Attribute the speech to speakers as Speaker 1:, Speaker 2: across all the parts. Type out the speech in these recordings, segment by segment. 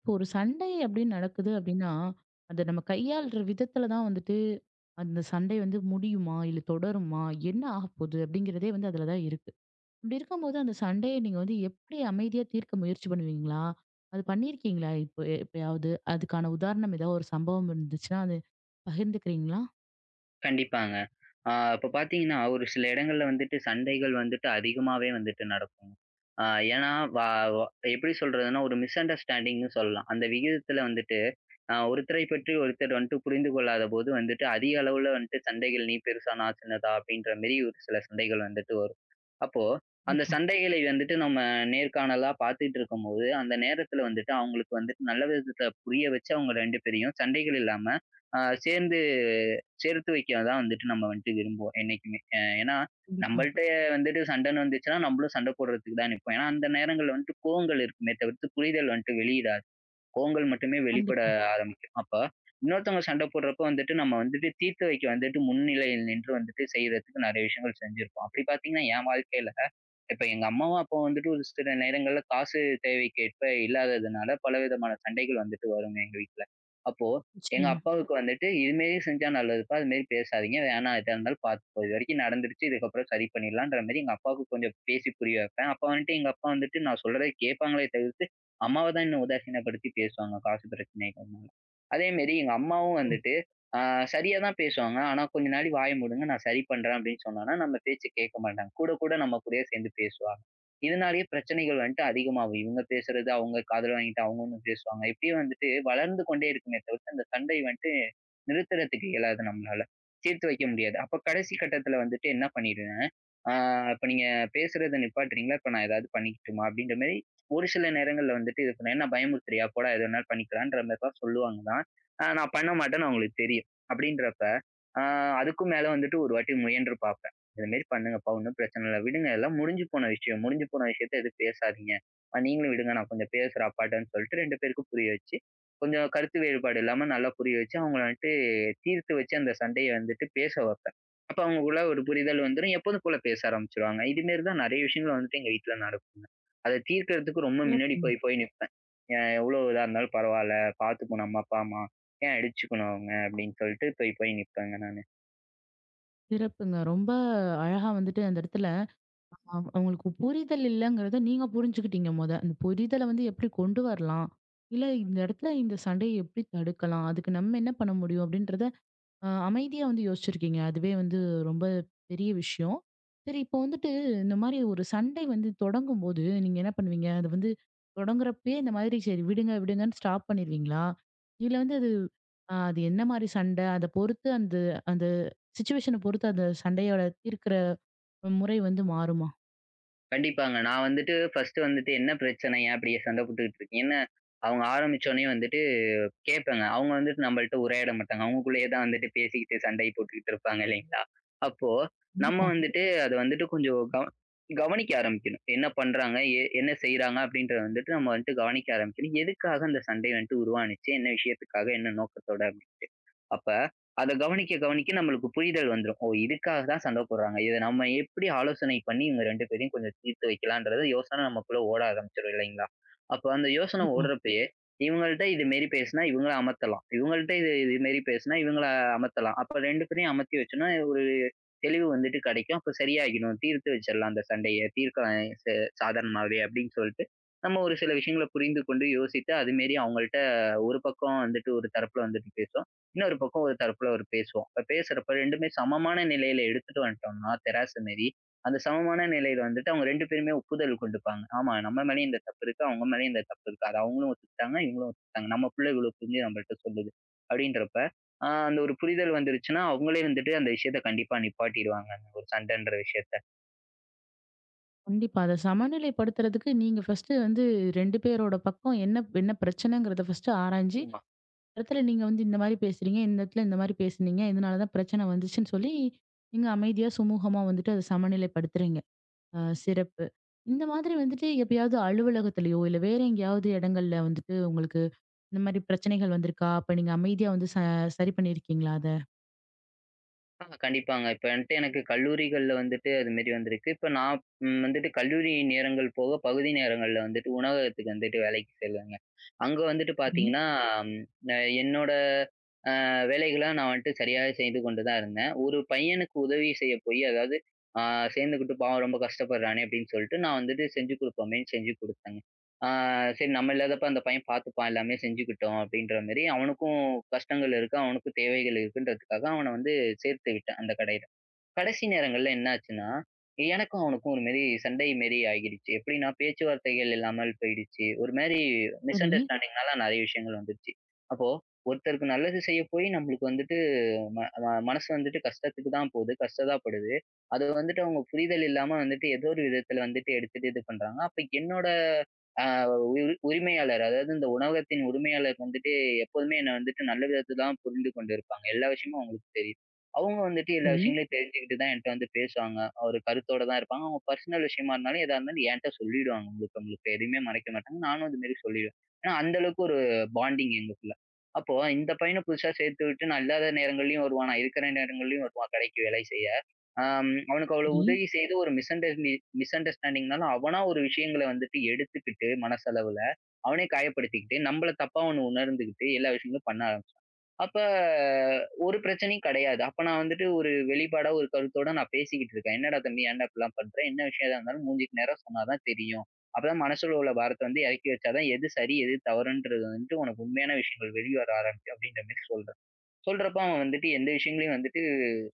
Speaker 1: இப்போ ஒரு சண்டை அப்படின்னு நடக்குது அப்படின்னா, அத நம்ம கையாள்ற விதத்துல தான் அந்த சண்டை வந்து முடியுமா? இல்ல தொடருமா? என்ன ஆகப்போது? அப்படிங்கிறதே வந்து அதில தான் இருக்கு. அப்படி இருக்கும்போது அந்த சண்டைய நீங்க வந்து எப்படி அமைதியா தீர்க்க முயற்சி பண்ணுவீங்களா? அது பண்ணியிருக்கீங்களா இப்போ எப்பயாவது? அதுக்கான உதாரணம் ஏதாவது ஒரு சம்பவம் இருந்துச்சுன்னா, அது பகிர்ந்துக்கிறீங்களா?
Speaker 2: கண்டிப்பாங்க. ஆ இப்ப பார்த்தீங்கன்னா, ஒரு சில இடங்கள்ல வந்துட்டு சண்டைகள் வந்துட்டு அதிகமாவே வந்துட்டு நடக்கும். ஆ ஏன்னா, வ வ எப்படி சொல்றதுன்னா, ஒரு மிஸ் அண்டர்ஸ்டாண்டிங்ன்னு சொல்லலாம். அந்த விகிதத்தில வந்துட்டு ஒருத்தரை பற்றி ஒருத்தர் வந்துட்டு புரிந்து கொள்ளாதபோது வந்துட்டு அதிக அளவுல வந்துட்டு சண்டைகள் நீ பெருசா, நான் சின்னதா அப்படின்ற மாரி ஒரு சில சண்டைகள் வந்துட்டு வரும். அப்போ அந்த
Speaker 1: கண்டிப்பா,
Speaker 2: சண்டைகளை வந்துட்டு நம்ம நேர்காணலா பார்த்துட்டு இருக்கும்போது, அந்த நேரத்துல வந்துட்டு அவங்களுக்கு வந்துட்டு நல்ல விதத்துல புரிய வச்சு அவங்க 2 பேரையும் சண்டைகள் இல்லாம அ சேர்ந்து சேர்த்து வைக்க தான் வந்துட்டு நம்ம வந்துட்டு விரும்புவோம் என்னைக்குமே. ஏன்னா
Speaker 1: கண்டிப்பா.
Speaker 2: நம்மள்ட்ட வந்துட்டு சண்டைன்னு வந்துச்சுன்னா, நம்மளும் சண்டை போடுறதுக்கு தான் நிப்போம். ஏன்னா அந்த நேரங்கள்ல வந்துட்டு கோவங்கள் இருக்குமே தவிர்த்து புரிதல் வந்துட்டு வெளியிடாது. கோங்கள் மட்டுமே வெளிப்பட
Speaker 1: கண்டிப்பா.
Speaker 2: ஆரம்பிக்கும். அப்ப இன்னொருத்தவங்க சண்டை போடுறப்போ வந்துட்டு, நம்ம வந்துட்டு தீர்த்து வைக்க வந்துட்டு முன்னிலையில் நின்று வந்துட்டு செய்றதுக்கு நெறைய விஷயங்கள் செஞ்சிருப்போம். அப்படி பார்த்தீங்கன்னா, என் வாழ்க்கையில இப்ப எங்க அம்மாவும் அப்பாவும் வந்துட்டு ஒரு சில நேரங்கள்ல காசு தேவைக்கேற்ப இல்லாததுனால பலவிதமான சண்டைகள் வந்துட்டு வருங்க எங்க வீட்ல. அப்போ எங்க
Speaker 1: நிச்சயமா.
Speaker 2: அப்பாவுக்கு வந்துட்டு, "இதுமாரி செஞ்சா நல்லதுப்பா. அதுமாரி பேசாதீங்க. வேணாம் எதா இருந்தாலும் பார்த்துப்போம். இதுவரைக்கும் நடந்துருச்சு. இதுக்கப்புறம் சரி பண்ணிடலாம்ன்ற" மாரி எங்க அப்பாவுக்கு கொஞ்சம் பேசி புரிய வைப்பேன். அப்ப வந்துட்டு எங்க அப்பா வந்துட்டு நான் சொல்றத கேட்பாங்களே தவிர்த்து அம்மாவ தான் இன்னும் உதாசீனப்படுத்தி பேசுவாங்க காசு பிரச்சனைகள்னால. அதேமாரி எங்க அம்மாவும்
Speaker 1: ம்.
Speaker 2: வந்துட்டு, ஆ சரியா தான் பேசுவாங்க. ஆனா கொஞ்ச நாழி வாய மூடுங்க நான் சரி பண்றேன் அப்படின்னு சொன்னோம்னா, நம்ம பேச்ச கேட்க மாட்டாங்க. கூட கூட நம்ம கூடயே சேர்ந்து பேசுவாங்க. இதனாலேயே பிரச்சனைகள் வந்துட்டு அதிகமாகும். இவங்க பேசுறது அவங்க காதுல வாங்கிட்டு அவங்க ஒண்ணு பேசுவாங்க. இப்படியே வந்துட்டு வளர்ந்து கொண்டே இருக்குமே தவிர்த்து, அந்த சண்டை வந்துட்டு நிறுத்துறதுக்கு இயலாது நம்மளால. தீர்த்து வைக்க முடியாது. அப்ப கடைசி கட்டத்தில வந்துட்டு என்ன பண்ணிடுவேன், ஆ இப்ப நீங்க பேசுறத நிப்பாட்டுறீங்களா? இப்ப நான் ஏதாவது பண்ணிக்கட்டுமா? அப்படின்ற மாரி ஒரு சில நேரங்கள்ல வந்துட்டு இது பண்ண என்ன பயமுறுத்துறியா? போடா எது வேணாலும் பண்ணிக்கலான்ற மாரிலாம் சொல்லுவாங்க தான். நான் பண்ண மாட்டேன்னு அவங்களுக்கு தெரியும். அப்படின்றப்ப, ஆ அதுக்கும் மேல வந்துட்டு ஒரு வாட்டி முயன்று பார்ப்பேன். "இது மாரி பண்ணுங்கப்பா, ஒண்ணும் பிரச்சனை இல்ல. விடுங்க எல்லாம் முடிஞ்சு போன விஷயம். முடிஞ்சு போன விஷயத்த எதுவும் பேசாதீங்க. நீங்களும் விடுங்க நான் கொஞ்சம் பேசுறேன் அப்பாட்டன்னு" சொல்லிட்டு 2 பேருக்கும் புரிய வச்சு, கொஞ்சம் கருத்து வேறுபாடு இல்லாம நல்லா புரிய வச்சு, அவங்கள வந்துட்டு தீர்த்து வச்சு அந்த சண்டைய வந்துட்டு பேச வைப்பேன். அப்ப அவங்களுக்குள்ள ஒரு புரிதல் வந்துரும். எப்போதும் போல பேச ஆரம்பிச்சுருவாங்க. இது மாரி தான் நெறைய விஷயங்கள் வந்துட்டு எங்க வீட்ல நடக்கும். அத தீர்க்கிறதுக்கு ரொம்ப முன்னாடி
Speaker 1: சிறப்புங்க.
Speaker 2: போய் போய் நிப்பேன். எவ்ளோ இதா இருந்தாலும் பரவால்ல. பாத்துக்கும் நம்ம அப்பா, அம்மா. ஏன் அடிச்சுக்கணும் அவங்க? அப்படின்னு சொல்லிட்டு போய் போய் நிப்பேங்க நானு.
Speaker 1: சிறப்புங்க. ரொம்ப அழகா அந்த இடத்துல அவங்களுக்கு புரிதல் இல்லங்கிறத நீங்க புரிஞ்சுக்கிட்டீங்க மொத. அந்த புரிதல வந்து எப்படி கொண்டு வரலாம்? இல்ல இந்த இடத்துல இந்த சண்டைய எப்படி தடுக்கலாம்? அதுக்கு நம்ம என்ன பண்ண முடியும்? அப்படின்றத அமைதியா வந்து யோசிச்சிருக்கீங்க. அதுவே வந்து ரொம்ப பெரிய விஷயம். சரி இப்போ இந்த மாரி ஒரு சண்டை வந்து தொடங்கும்போது நீங்க என்ன பண்ணுவீங்க? அது வந்து தொடங்குறப்பயே இந்த மாதிரி சரி விடுங்க, விடுங்கன்னு ஸ்டாப் பண்ணிருவீங்களா? இல்ல வந்து அது அது என்ன மாரி சண்டை? அத பொறுத்து அந்த அந்த சிச்சுவேஷன பொறுத்து அந்த சண்டையோட தீர்க்கிற முறை வந்து மாறுமா?
Speaker 2: கண்டிப்பாங்க. நான் வந்துட்டு ஃபர்ஸ்ட்டு வந்துட்டு என்ன பிரச்சனை? ஏன் இப்படி சண்டை போட்டுக்கிட்டு இருக்கீங்கன்னு, அவங்க ஆரம்பிச்சோனயே வந்துட்டு கேட்பேங்க. அவங்க வந்துட்டு நம்மள்ட்ட உரையாட மாட்டாங்க. அவங்களுக்குள்ளேயே தான் வந்துட்டு பேசிக்கிட்டு, சண்டை போட்டுக்கிட்டு இருப்பாங்க இல்லைங்களா? அப்போ நம்ம
Speaker 1: கண்டிப்பா.
Speaker 2: வந்துட்டு அத வந்துட்டு கொஞ்சம் கவனிக்க ஆரம்பிக்கணும். என்ன பண்றாங்க? என்ன செய்றாங்க? அப்படின்றத வந்துட்டு நம்ம வந்துட்டு கவனிக்க ஆரம்பிக்கணும். எதுக்காக அந்த சண்டை வந்துட்டு உருவானுச்சு? என்ன விஷயத்துக்காக? என்ன நோக்கத்தோட? அப்ப அத கவனிக்க, கவனிக்க நம்மளுக்கு புரிதல் வந்துரும். ஓ! இதுக்காக தான் சண்டை போடுறாங்க. இத நம்ம எப்படி ஆலோசனை பண்ணி இவங்க 2 பேரையும் கொஞ்சம் தீர்த்து வைக்கலான்றது யோசனை நமக்குள்ள ஓட ஆரம்பிச்சுரும் இல்லைங்களா? அப்ப அந்த யோசனை
Speaker 1: கண்டிப்பா,
Speaker 2: ஓடுறப்பயே, இவங்கள்ட்ட இது மாரி பேசினா இவங்கள அமர்த்தலாம். இவங்கள்ட்ட இது இது மாரி பேசினா இவங்கள அமர்த்தலாம். அப்ப 2 பேரையும் அமர்த்தி வச்சோம்னா ஒரு தெளிவு வந்துட்டு கிடைக்கும். அப்ப சரியாகிடும். தீர்த்து வச்சிடலாம் அந்த சண்டைய. தீர்க்கலாம் ச சாதாரணமாவே அப்படின்னு சொல்லிட்டு, நம்ம ஒரு சில விஷயங்கள புரிந்து கொண்டு யோசித்து அது மாரி அவங்கள்ட்ட ஒரு பக்கம் வந்துட்டு ஒரு தரப்புல வந்துட்டு பேசும். இன்னொரு பக்கம் ஒரு தரப்புல ஒரு பேசுவோம். இப்ப பேசுறப்ப 2மே சமமான நிலையில எடுத்துட்டு வந்துட்டோம்னா, தெராசு மாரி, அந்த சமமான நிலையில வந்துட்டு அவங்க 2 பேருமே ஒப்புதல் கொண்டுப்பாங்க. ஆமா, நம்ம மேலயும் இந்த தப்பு இருக்கு, அவங்க மேலயும் இந்த தப்பு இருக்கு. அத அவங்களும் ஒத்துக்கிட்டாங்க, இவங்களும் ஒத்துக்கிட்டாங்க. நம்ம புள்ள இவ்ளோ புரிஞ்சு நம்மள்ட்ட சொல்லுது. அப்படின்றப்ப, அந்த ஒரு புரிதல் வந்துருச்சுன்னா, அவங்களே வந்துட்டு அந்த விஷயத்த கண்டிப்பா நிப்பாட்டிருவாங்கங்க. ஒரு சண்டைன்ற விஷயத்த.
Speaker 1: கண்டிப்பா. அத சமநிலைப்படுத்துறதுக்கு நீங்க ஃபர்ஸ்ட்டு வந்து 2 பேரோட பக்கம் என்ன என்ன பிரச்சனைங்கிறத ஃபர்ஸ்ட்டு ஆராய்ஞ்சு,
Speaker 2: ஆமா.
Speaker 1: இடத்துல நீங்க வந்து இந்த மாரி பேசுறீங்க, இந்த இடத்துல இந்த மாரி பேசுனீங்க, இதனால தான் பிரச்சனை வந்துச்சுன்னு சொல்லி, நீங்க அமைதியா, சுமூகமா அத சமநிலைப்படுத்துறீங்க.
Speaker 2: கண்டிப்பா.
Speaker 1: சிறப்பு. இந்த மாதிரி எப்பயாவது அலுவலகத்திலயோ, இல்ல வேற எங்கேயாவது இடங்கள்ல உங்களுக்கு இந்த மாரி பிரச்சனைகள் வந்திருக்கா? அப்ப நீங்க அமைதியா வந்து சரி பண்ணியிருக்கீங்களா அத?
Speaker 2: கண்டிப்பாங்க. இப்ப வந்துட்டு எனக்கு கல்லூரிகள்ல வந்துட்டு அது மாரி வந்திருக்கு. இப்ப நான் வந்துட்டு கல்லூரி நேரங்கள் போக பகுதி நேரங்கள்ல வந்துட்டு உணவகத்துக்கு வந்துட்டு வேலைக்கு செல்வேங்க. அங்க வந்துட்டு
Speaker 1: சரி,
Speaker 2: பார்த்தீங்கன்னா, ம் அ என்னோட வேலைகள நான் வந்துட்டு சரியாவே செய்து கொண்டு தான் இருந்தேன். ஒரு பையனுக்கு உதவி செய்ய போயி, அதாவது ஆ சேர்ந்துகிட்டு பாவம் ரொம்ப கஷ்டப்படுறானே அப்படின்னு சொல்லிட்டு, நான் வந்துட்டு செஞ்சு குடுப்போமேன்னு செஞ்சு குடுத்தேங்க. ஆ சரி நம்ம இல்லாதப்ப அந்த பையன் பார்த்துப்பான் எல்லாமே செஞ்சுக்கிட்டும் அப்படின்ற மாரி, அவனுக்கும் கஷ்டங்கள் இருக்கு, அவனுக்கும் தேவைகள் இருக்குன்றதுக்காக அவன வந்து சேர்த்து விட்டேன் அந்த கடையில. கடைசி நேரங்கள்ல என்ன ஆச்சுன்னா, எனக்கும் அவனுக்கும் ஒரு மாரி சண்டை மாரி ஆகிடுச்சு. எப்படின்னா பேச்சுவார்த்தைகள் இல்லாமல் போயிடுச்சு. ஒரு மாரி மிஸ்
Speaker 1: சரி,
Speaker 2: அண்டர்ஸ்டாண்டிங்னால நெறைய விஷயங்கள் வந்துருச்சு. அப்போ ஒருத்தருக்கு நல்லது செய்ய போய் நம்மளுக்கு வந்துட்டு ம ம மனசு வந்துட்டு கஷ்டத்துக்கு தான் போது. கஷ்டதாப்படுது. அது வந்துட்டு அவங்க புரிதல் இல்லாம வந்துட்டு ஏதோ ஒரு விதத்துல வந்துட்டு எடுத்துட்டு இது பண்றாங்க. அப்ப என்னோட அ உரி உரிமையாளர் அதாவது இந்த உணவகத்தின் உரிமையாளர் வந்துட்டு எப்போதுமே என்ன வந்துட்டு நல்ல விதத்த தான் புரிந்து கொண்டு இருப்பாங்க. எல்லா விஷயமும் அவங்களுக்கு தெரியும். அவங்க வந்துட்டு எல்லா
Speaker 1: சரி,
Speaker 2: விஷயங்களையும் தெரிஞ்சுக்கிட்டு தான் என்ட்ட வந்து பேசுவாங்க. ஒரு கருத்தோட தான் இருப்பாங்க. அவங்க பர்சனல் விஷயமா இருந்தாலும் எதா இருந்தாலும் என்ட்ட சொல்லிடுவாங்க முழுக்க முழுக்க. எதுவுமே மறைக்க மாட்டாங்க. நானும் அது மாரி சொல்லிடுவேன். ஏன்னா அந்த அளவுக்கு ஒரு பாண்டிங் எங்களுக்குள்ள. அப்போ இந்த பையன புதுசா சேர்த்து விட்டு நான் இல்லாத நேரங்கள்லயும் வருவான். நான் இருக்கிற நேரங்கள்லயும் வருவான் கடைக்கு வேலை செய்ய. ஆம் அவனுக்கு அவ்வளவு
Speaker 1: சரி,
Speaker 2: உதவி செய்து ஒரு மிஸ் அண்டர்ஸ்டாண்டிங்னால அவனா ஒரு விஷயங்கள வந்துட்டு எடுத்துக்கிட்டு மனசளவுல, அவனே காயப்படுத்திக்கிட்டு, நம்மள தப்பா அவனு உணர்ந்துகிட்டு எல்லா விஷயங்களும் பண்ண ஆரம்பிச்சான். அப்ப ஒரு பிரச்சனையும் கிடையாது. அப்ப நான் வந்துட்டு ஒரு வெளிப்பாடா ஒரு கருத்தோட நான் பேசிக்கிட்டு இருக்கேன். என்னடா தம்பி ஏன்டா இப்படிலாம் பண்ற? என்ன விஷயம் எதா இருந்தாலும் மூஞ்சுக்கு நேரா சொன்னா தான் தெரியும். அப்பதான் மனசுல உள்ள பாரத்த வந்து இறக்கி வச்சா தான் எது சரி, எது தவறுன்றது வந்துட்டு உனக்கு உண்மையான விஷயங்கள் வெளிய வர ஆரம்பிக்கும் அப்படின்ற மாரி சொல்றேன். சொல்றப்ப அவன் வந்துட்டு எந்த விஷயங்களையும் வந்துட்டு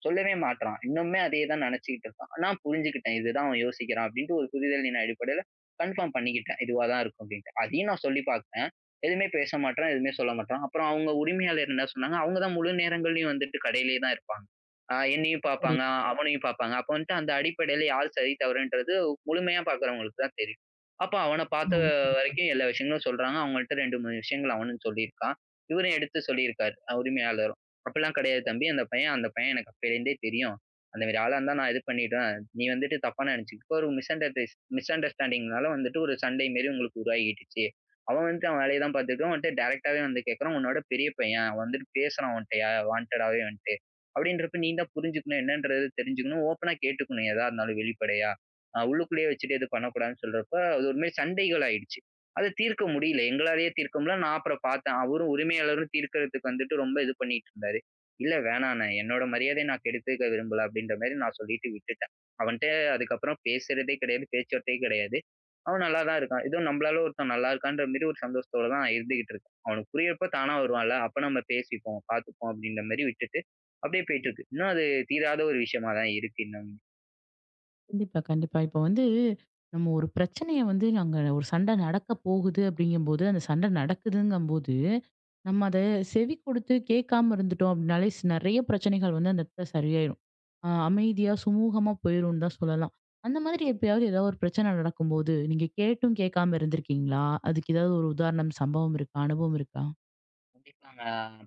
Speaker 2: சொல்லவே மாட்றான். இன்னுமே அதே தான் நெனச்சுக்கிட்டு இருக்கான். நான் புரிஞ்சுக்கிட்டேன். இதுதான் அவன் யோசிக்கிறான் அப்டின்ட்டு ஒரு புரிதலின் அடிப்படையில கன்ஃபார்ம் பண்ணிக்கிட்டேன். இதுவா தான் இருக்கும் அப்டின்ட்டு. அதையும் நான் சொல்லி பாத்தேன். எதுவுமே பேச மாட்றான், எதுவுமே சொல்ல மாட்றான். அப்புறம் அவங்க உரிமையாளர் என்ன சொன்னாங்க, அவங்க தான் முழு நேரங்கள்லயும் வந்துட்டு கடையிலேயே தான் இருப்பாங்க. என்னையும்
Speaker 1: சரி.
Speaker 2: பாப்பாங்க, அவனையும் பாப்பாங்க. அப்ப வந்துட்டு அந்த அடிப்படையில யார் சரி, தவறுன்றது முழுமையா பாக்குறவங்களுக்கு தான் தெரியும். அப்ப அவன பாத்த
Speaker 1: ஆ.
Speaker 2: வரைக்கும் எல்லா விஷயங்களும் சொல்றாங்க. அவங்கள்ட்ட 2, 3 விஷயங்கள் அவனும் சொல்லியிருக்கான். இவரும் எடுத்து சொல்லியிருக்காரு, உரிமையாளரும். அப்படிலாம் கிடையாது தம்பி. அந்த பையன் எனக்கு அப்பயிலேருந்தே தெரியும். அந்த மாரி ஆளா இருந்தா நான் இது பண்ணிடுவேன். நீ வந்துட்டு தப்பா நெனச்சுக்கிட்டு ஒரு மிஸ் அண்டர்ஸ்டாண்டிங்னால வந்துட்டு ஒரு சண்டை மாரி உங்களுக்கு உருவாகிடுச்சு. அவன் வந்துட்டு அவன் வேலைய தான் பாத்துட்டு உன்ட்ட டைரக்ட்டாவே வந்து கேட்கறான். உன்னோட பெரிய பையன். அவன் வந்துட்டு பேசுறான் உன்ட்டயா வான்டடாவே வந்துட்டு. அப்படின்றப்ப நீ தான் புரிஞ்சுக்கணும். என்னன்றது தெரிஞ்சுக்கணும். ஓப்பனா கேட்டுக்கணும் எதா இருந்தாலும் வெளிப்படையா. உள்ளுக்குள்ளேயே வச்சுட்டு எதுவும் பண்ணக்கூடாதுன்னு சொல்றப்ப, அது ஒரு மாரி சண்டைகள் ஆயிடுச்சு. அத தீர்க்க முடியல. எங்களாலேயே தீர்க்க முடியல. நான் அப்புறம் பாத்தேன். அவரும் உரிமையாளரும் தீர்க்கறதுக்கு வந்துட்டு ரொம்ப இது பண்ணிட்டு இருந்தாரு. இல்ல வேணாண்ணே. என்னோட மரியாதைய நான் கெடுத்துக்க விரும்பல அப்டின்ற மாரி நான் சொல்லிட்டு விட்டுட்டேன். அவன்ட்ட அதுக்கப்புறம் பேசுறதே கிடையாது. பேச்சுவார்த்தையே கிடையாது. அவன் நல்லா தான் இருக்கான். ஏதோ நம்மளால ஒருத்தன் நல்லா இருக்கான்ற மாரி ஒரு சந்தோஷத்தோட தான் இருந்துகிட்டு இருக்கேன். அவனுக்கு புரியறப்ப தானா வருவான்ல. அப்ப நம்ம பேசிப்போம், பார்த்துப்போம் அப்டின்ற மாரி விட்டுட்டு, அப்டியே போயிட்டு இருக்கு. இன்னும் அது தீராத ஒரு விஷயமா தான் இருக்கு இன்னமும்.
Speaker 1: கண்டிப்பா, கண்டிப்பா. இப்ப வந்து நம்ம ஒரு பிரச்சனைய வந்து நாங்க ஒரு சண்டை நடக்க போகுது அப்படிங்கும்போது, அந்த சண்டை நடக்குதுங்கும்போது, நம்ம அத செவி கொடுத்து கேட்காம இருந்துட்டோம் அப்படின்னாலே, நெறைய பிரச்சனைகள் வந்து அந்த இடத்துல சரியாயிரும். அமைதியா, சுமூகமா போயிரும்னு தான் சொல்லலாம். அந்த மாதிரி எப்பயாவது ஏதாவது ஒரு பிரச்சனை நடக்கும்போது, நீங்க கேட்டும் கேட்காம இருந்திருக்கீங்களா? அதுக்கு ஏதாவது ஒரு உதாரணம், சம்பவம் இருக்கா? அனுபவம் இருக்கா?
Speaker 2: கண்டிப்பாங்க.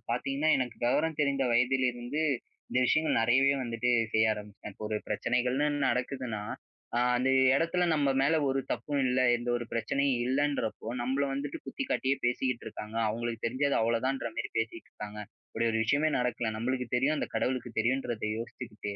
Speaker 2: பாத்தீங்கன்னா, எனக்கு விவரம் தெரிந்த வயதிலிருந்து இந்த விஷயங்கள் நெறையவே வந்துட்டு செய்ய ஆரம்பிச்சேன். இப்போ ஒரு பிரச்சனைகள்னு நடக்குதுன்னா, அந்த இடத்துல நம்ம மேல ஒரு தப்பும் இல்ல, எந்த ஒரு பிரச்சனையும் இல்லன்றப்போ, நம்மள வந்துட்டு குத்தி காட்டியே பேசிக்கிட்டு இருக்காங்க. அவங்களுக்கு தெரிஞ்சது அவ்வளோதான்ற மாரி பேசிட்டு இருக்காங்க. இப்படி ஒரு விஷயமே நடக்கல. நம்மளுக்கு தெரியும், அந்த கடவுளுக்கு தெரியுன்றத யோசிச்சுக்கிட்டு,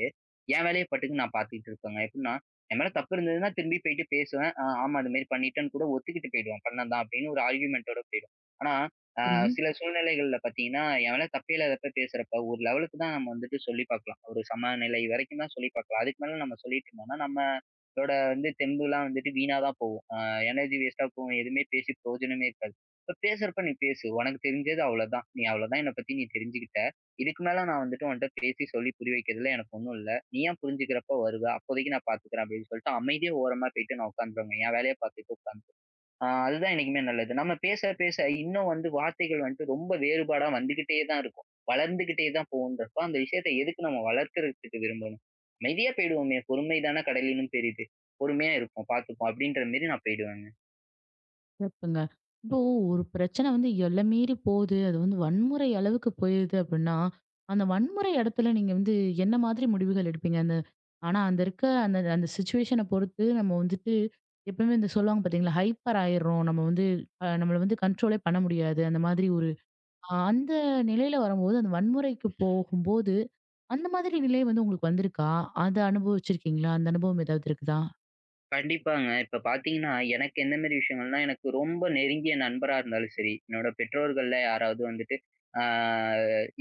Speaker 2: என் வேலைய பாட்டுக்கு நான் பாத்துக்கிட்டு இருப்பேங்க. எப்படின்னா, என் மேல தப்பு இருந்ததுன்னா திரும்பி போயிட்டு பேசுவேன். ஆமா அது மாரி பண்ணிட்டேன்னு கூட ஒத்துக்கிட்டு போயிடுவேன். பண்ணதான் அப்படின்னு ஒரு ஆர்குமென்ட்டோட போயிடும். ஆனா ஆ
Speaker 1: சரி.
Speaker 2: சில சூழ்நிலைகள்ல பார்த்தீங்கன்னா, என் மேல தப்பே இல்லாதப்ப பேசுறப்ப, ஒரு லெவலுக்கு தான் நம்ம வந்துட்டு சொல்லி பார்க்கலாம். ஒரு சமநிலை வரைக்கும் தான் சொல்லி பார்க்கலாம். அதுக்கு மேல நம்ம சொல்லிட்டு இருந்தோம்னா, நம்மளோட வந்து தெம்புலாம் வந்துட்டு வீணா தான் போகும். எனர்ஜி வேஸ்ட்டா போகும். எதுவுமே பேசி பிரயோஜனமே இருக்காது. இப்ப பேசுறப்ப நீ பேசு. உனக்கு தெரிஞ்சது அவ்வளோதான். நீ அவ்வளோதான் என்ன பத்தி நீ தெரிஞ்சுக்கிட்ட. இதுக்கு மேல நான் வந்துட்டு உன்ட்ட பேசி சொல்லி புரிய வைக்கிறதுல எனக்கு ஒண்ணும் இல்ல. நீயா புரிஞ்சுக்கிறப்ப வருவ. அப்போதைக்கு நான் பார்த்துக்கிறேன் அப்படின்னு சொல்லிட்டு அமைதியா ஓரமா போயிட்டு நான் உட்காந்துருவேங்க. என் வேலைய பார்த்துட்டு உட்காந்துருவேன். அதுதான் என்னைக்குமே நல்லது. நம்ம பேச, பேச இன்னும் வந்து வார்த்தைகள் வந்துட்டு ரொம்ப வேறுபாடா வந்துகிட்டே தான் இருக்கும். வளர்ந்துகிட்டே தான் போகுன்றப்ப, அந்த விஷயத்த எதுக்கு நம்ம வளர்க்கறதுக்கு விரும்பணும்? அமைதியா போயிடுவோமே! பொறுமை தான கடலினும் பெரிது. பொறுமையா இருப்போம், பார்த்துப்போம். அப்படின்ற மாரி நான் போயிடுவேங்க.
Speaker 1: சிறப்புங்க. இப்போ ஒரு பிரச்சனை வந்து எல்லை மீறி போகுது. அது வந்து வன்முறை அளவுக்கு போயிருது அப்படின்னா, அந்த வன்முறை இடத்துல நீங்க வந்து என்ன மாதிரி முடிவுகள் எடுப்பீங்க? ஆனா அந்த இருக்க அந்த அந்த சிச்சுவேஷன பொறுத்து நம்ம எப்பவுமே இந்த சொல்லுவாங்க பார்த்தீங்களா, ஹைப்பர் ஆயிர்றோம். நம்மள வந்து கண்ட்ரோலே பண்ண முடியாது. அந்த மாதிரி ஒரு அ அந்த நிலையில வரும்போது, அந்த வன்முறைக்கு போகும்போது, அந்த மாதிரி நிலை வந்து உங்களுக்கு வந்திருக்கா? அத அனுபவிச்சிருக்கீங்களா? அந்த அனுபவம் ஏதாவது இருக்குதா?
Speaker 2: கண்டிப்பாங்க. இப்ப பார்த்தீங்கன்னா, எனக்கு எந்த மாரி விஷயங்கள்னா, எனக்கு ரொம்ப நெருங்கிய நண்பரா இருந்தாலும் சரி, என்னோட பெற்றோர்கள்ல யாராவது வந்துட்டு, ஆ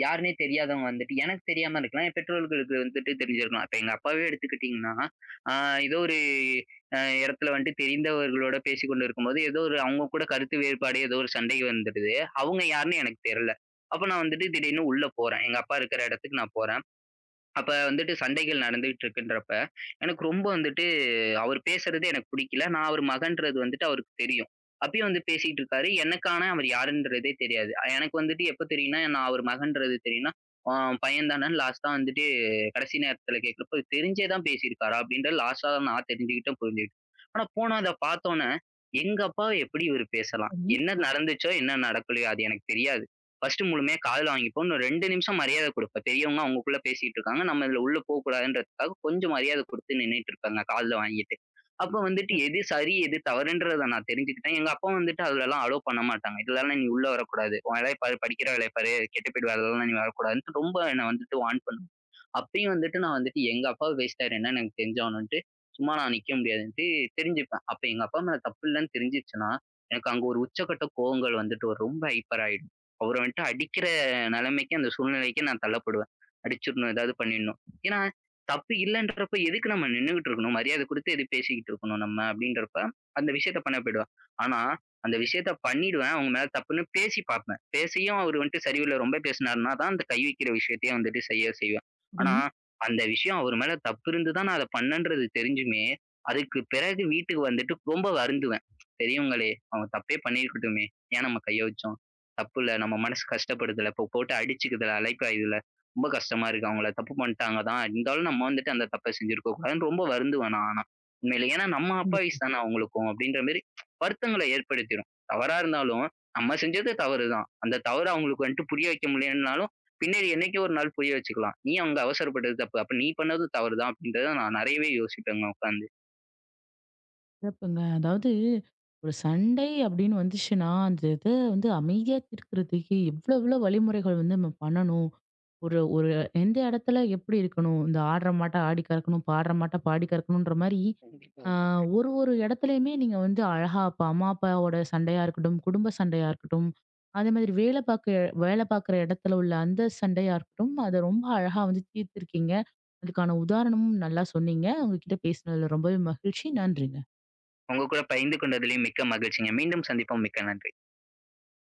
Speaker 2: யாருன்னே தெரியாதவங்க வந்துட்டு எனக்கு தெரியாம இருக்கலாம். என் பெற்றோர்களுக்கு வந்துட்டு தெரிஞ்சிருக்கலாம். இப்ப எங்க அப்பாவே எடுத்துக்கிட்டீங்கன்னா, ஆ ஏதோ ஒரு இடத்துல வந்துட்டு தெரிந்தவர்களோட பேசிக்கொண்டு இருக்கும்போது, ஏதோ ஒரு அவங்க கூட கருத்து வேறுபாடு ஏதோ ஒரு சண்டை வந்துடுது. அவங்க யாருன்னு எனக்கு தெரியல. அப்ப நான் வந்துட்டு திடீர்னு உள்ள போறேன். எங்க அப்பா இருக்கிற இடத்துக்கு நான் போறேன். அப்ப வந்துட்டு சண்டைகள் நடந்துகிட்டு இருக்குன்றப்ப, எனக்கு ரொம்ப வந்துட்டு அவர் பேசுறது எனக்கு பிடிக்கல. நான் அவர் மகன்றது வந்துட்டு அவருக்கு தெரியும். அப்பயும் வந்து பேசிட்டு இருக்காரு. எனக்கு ஆனா அவர் யாருன்றதே தெரியாது. எனக்கு வந்துட்டு எப்ப தெரியும்னா, நான் அவர் மகன்றது தெரியும்னா, "ஆ பையன் தானேன்னு" லாஸ்ட்டா வந்துட்டு கடைசி நேரத்துல கேட்கிறப்போ, தெரிஞ்சே தான் பேசியிருக்காரா? அப்படின்ற லாஸ்ட்டா நான் தெரிஞ்சுக்கிட்டேன், புரிஞ்சுக்கிட்டேன். ஆனா போனா அத பார்த்தோன்னே, எங்க அப்பாவ எப்படி இவரு பேசலாம்?
Speaker 1: சரி,
Speaker 2: என்ன நடந்துச்சோ, என்ன நடக்கலையோ அது எனக்கு தெரியாது. ஃபர்ஸ்ட்டு முழுமையா காதுல வாங்கிப்போ. இன்னும் 2 நிமிஷம் மரியாதை குடுப்பேன். பெரியவங்க அவங்கக்குள்ள பேசிட்டு இருக்காங்க. நம்ம இதுல உள்ள போக்கூடாதுன்றதுக்காக கொஞ்சம் மரியாதை குடுத்து நின்னுட்டு இருப்பேங்க காதுல வாங்கிட்டு. அப்ப வந்துட்டு எது சரி, எது தவறுன்றத நான் தெரிஞ்சுக்கிட்டேன். எங்க அப்பா வந்துட்டு அதுலலாம் அலோ பண்ண மாட்டாங்க. "இதுலலாம் நீ உள்ள வரக்கூடாது. உன் வேலைய பாரு, படிக்கிற வேலைய பாரு, கெட்டு போயிடுவ. அதுலலாம் நீ வரக்கூடாதுன்ட்டு" ரொம்ப என்ன வந்துட்டு வார்ன் பண்ணுவாங்க. அப்பயும் வந்துட்டு நான் வந்துட்டு எங்க அப்பா பேசிட்டாரு என்னன்னு எனக்கு தெரிஞ்சாகணுன்ட்டு, சும்மா நான் நிக்க முடியாதுன்ட்டு தெரிஞ்சுப்பேன். அப்ப எங்க அப்பா மேல தப்பு இல்லன்னு தெரிஞ்சுருச்சுன்னா, எனக்கு அங்க ஒரு உச்சக்கட்ட கோவங்கள் வந்துட்டு ஒரு ரொம்ப ஹைப்பர் ஆயிடும். அவர வந்துட்டு அடிக்கிற நிலைமைக்கு, அந்த சூழ்நிலைக்கு நான் தள்ளப்படுவேன். அடிச்சிடணும், ஏதாவது பண்ணிடணும். ஏன்னா, தப்பு இல்லன்றப்ப எதுக்கு நம்ம நின்னுகிட்டு இருக்கணும்? மரியாதை குடுத்து எது பேசிக்கிட்டு இருக்கணும் நம்ம? அப்படின்றப்ப அந்த விஷயத்த பண்ண போயிடுவேன். ஆனா, அந்த விஷயத்த பண்ணிடுவேன். அவங்க மேல தப்புன்னு பேசி பார்ப்பேன். பேசியும் அவரு வந்துட்டு சரியில்ல ரொம்ப பேசினாருன்னா தான் அந்த கை வைக்கிற விஷயத்தையே வந்துட்டு செய்ய செய்வேன். ஆனா, அந்த விஷயம் அவர் மேல தப்பு இருந்து தான் நான் அத பண்ணேன்றது தெரிஞ்சுமே, அதுக்கு பிறகு வீட்டுக்கு வந்துட்டு ரொம்ப வருந்துவேன். பெரியவங்களே! அவங்க தப்பே பண்ணியிருக்கட்டுமே! ஏன் நம்ம கைய வச்சோம்? தப்புல்ல. நம்ம மனசு கஷ்டப்படுதுல்ல. இப்போ போட்டு அடிச்சுக்குதுல, அலைப்பாயுதுல்ல. ரொம்ப கஷ்டமா இருக்கு. அவங்கள தப்பு பண்ணிட்டாங்க தான். இருந்தாலும் நம்ம வந்துட்டு அந்த தப்ப செஞ்சிருக்க கூடாதுன்னு ரொம்ப வருந்துவேன் நான் ஆனா. உண்மையிலே. ஏன்னா, நம்ம
Speaker 1: சரி.
Speaker 2: அப்பாவிஸ் தானே அவங்களுக்கும் அப்படின்ற மாரி வருத்தங்கள ஏற்படுத்திரும். தவறா இருந்தாலும் நம்ம செஞ்சது தவறு தான். அந்த தவறு அவங்களுக்கு வந்துட்டு புரிய வைக்க முடியலனாலும், பின்னாடி என்னைக்கோ ஒரு நாள் புரிய வச்சுக்கலாம். நீ அங்க அவசரப்பட்டது தப்பு. அப்ப நீ பண்ணது தவறு தான் அப்படின்றத நான் நெறையவே யோசிப்பேங்க உட்கார்ந்து.
Speaker 1: சிறப்புங்க. அதாவது ஒரு சண்டை அப்படின்னு வந்துச்சுன்னா, அந்த இத வந்து அமைதியா தீர்க்கிறதுக்கு எவ்வளோ எவ்வளோ வழிமுறைகள் வந்து நம்ம பண்ணணும். ஒரு ஒரு எந்த இடத்துல எப்படி இருக்கணும். இந்த ஆடுற மாட்ட ஆடி கறக்கணும், பாடுற மாட்ட பாடி கறக்கணுன்ற மாரி, ஆ
Speaker 2: கண்டிப்பாங்க.
Speaker 1: ஒரு ஒரு இடத்துலயுமே நீங்க வந்து அழகா அப்ப அம்மா, அப்பாவோட சண்டையா இருக்கட்டும், குடும்ப சண்டையா இருக்கட்டும், அதே மாதிரி வேலை பார்க்குற இடத்துல உள்ள அந்த சண்டையா இருக்கட்டும், அத ரொம்ப அழகா வந்து தீர்த்திருக்கீங்க. அதுக்கான உதாரணமும் நல்லா சொன்னீங்க. உங்ககிட்ட பேசினதுல ரொம்பவே மகிழ்ச்சி. நன்றிங்க.
Speaker 2: உங்க கூட பகிர்ந்து கொண்டதிலும் மிக்க மகிழ்ச்சிங்க. மீண்டும் சந்திப்போம். மிக்க நன்றி.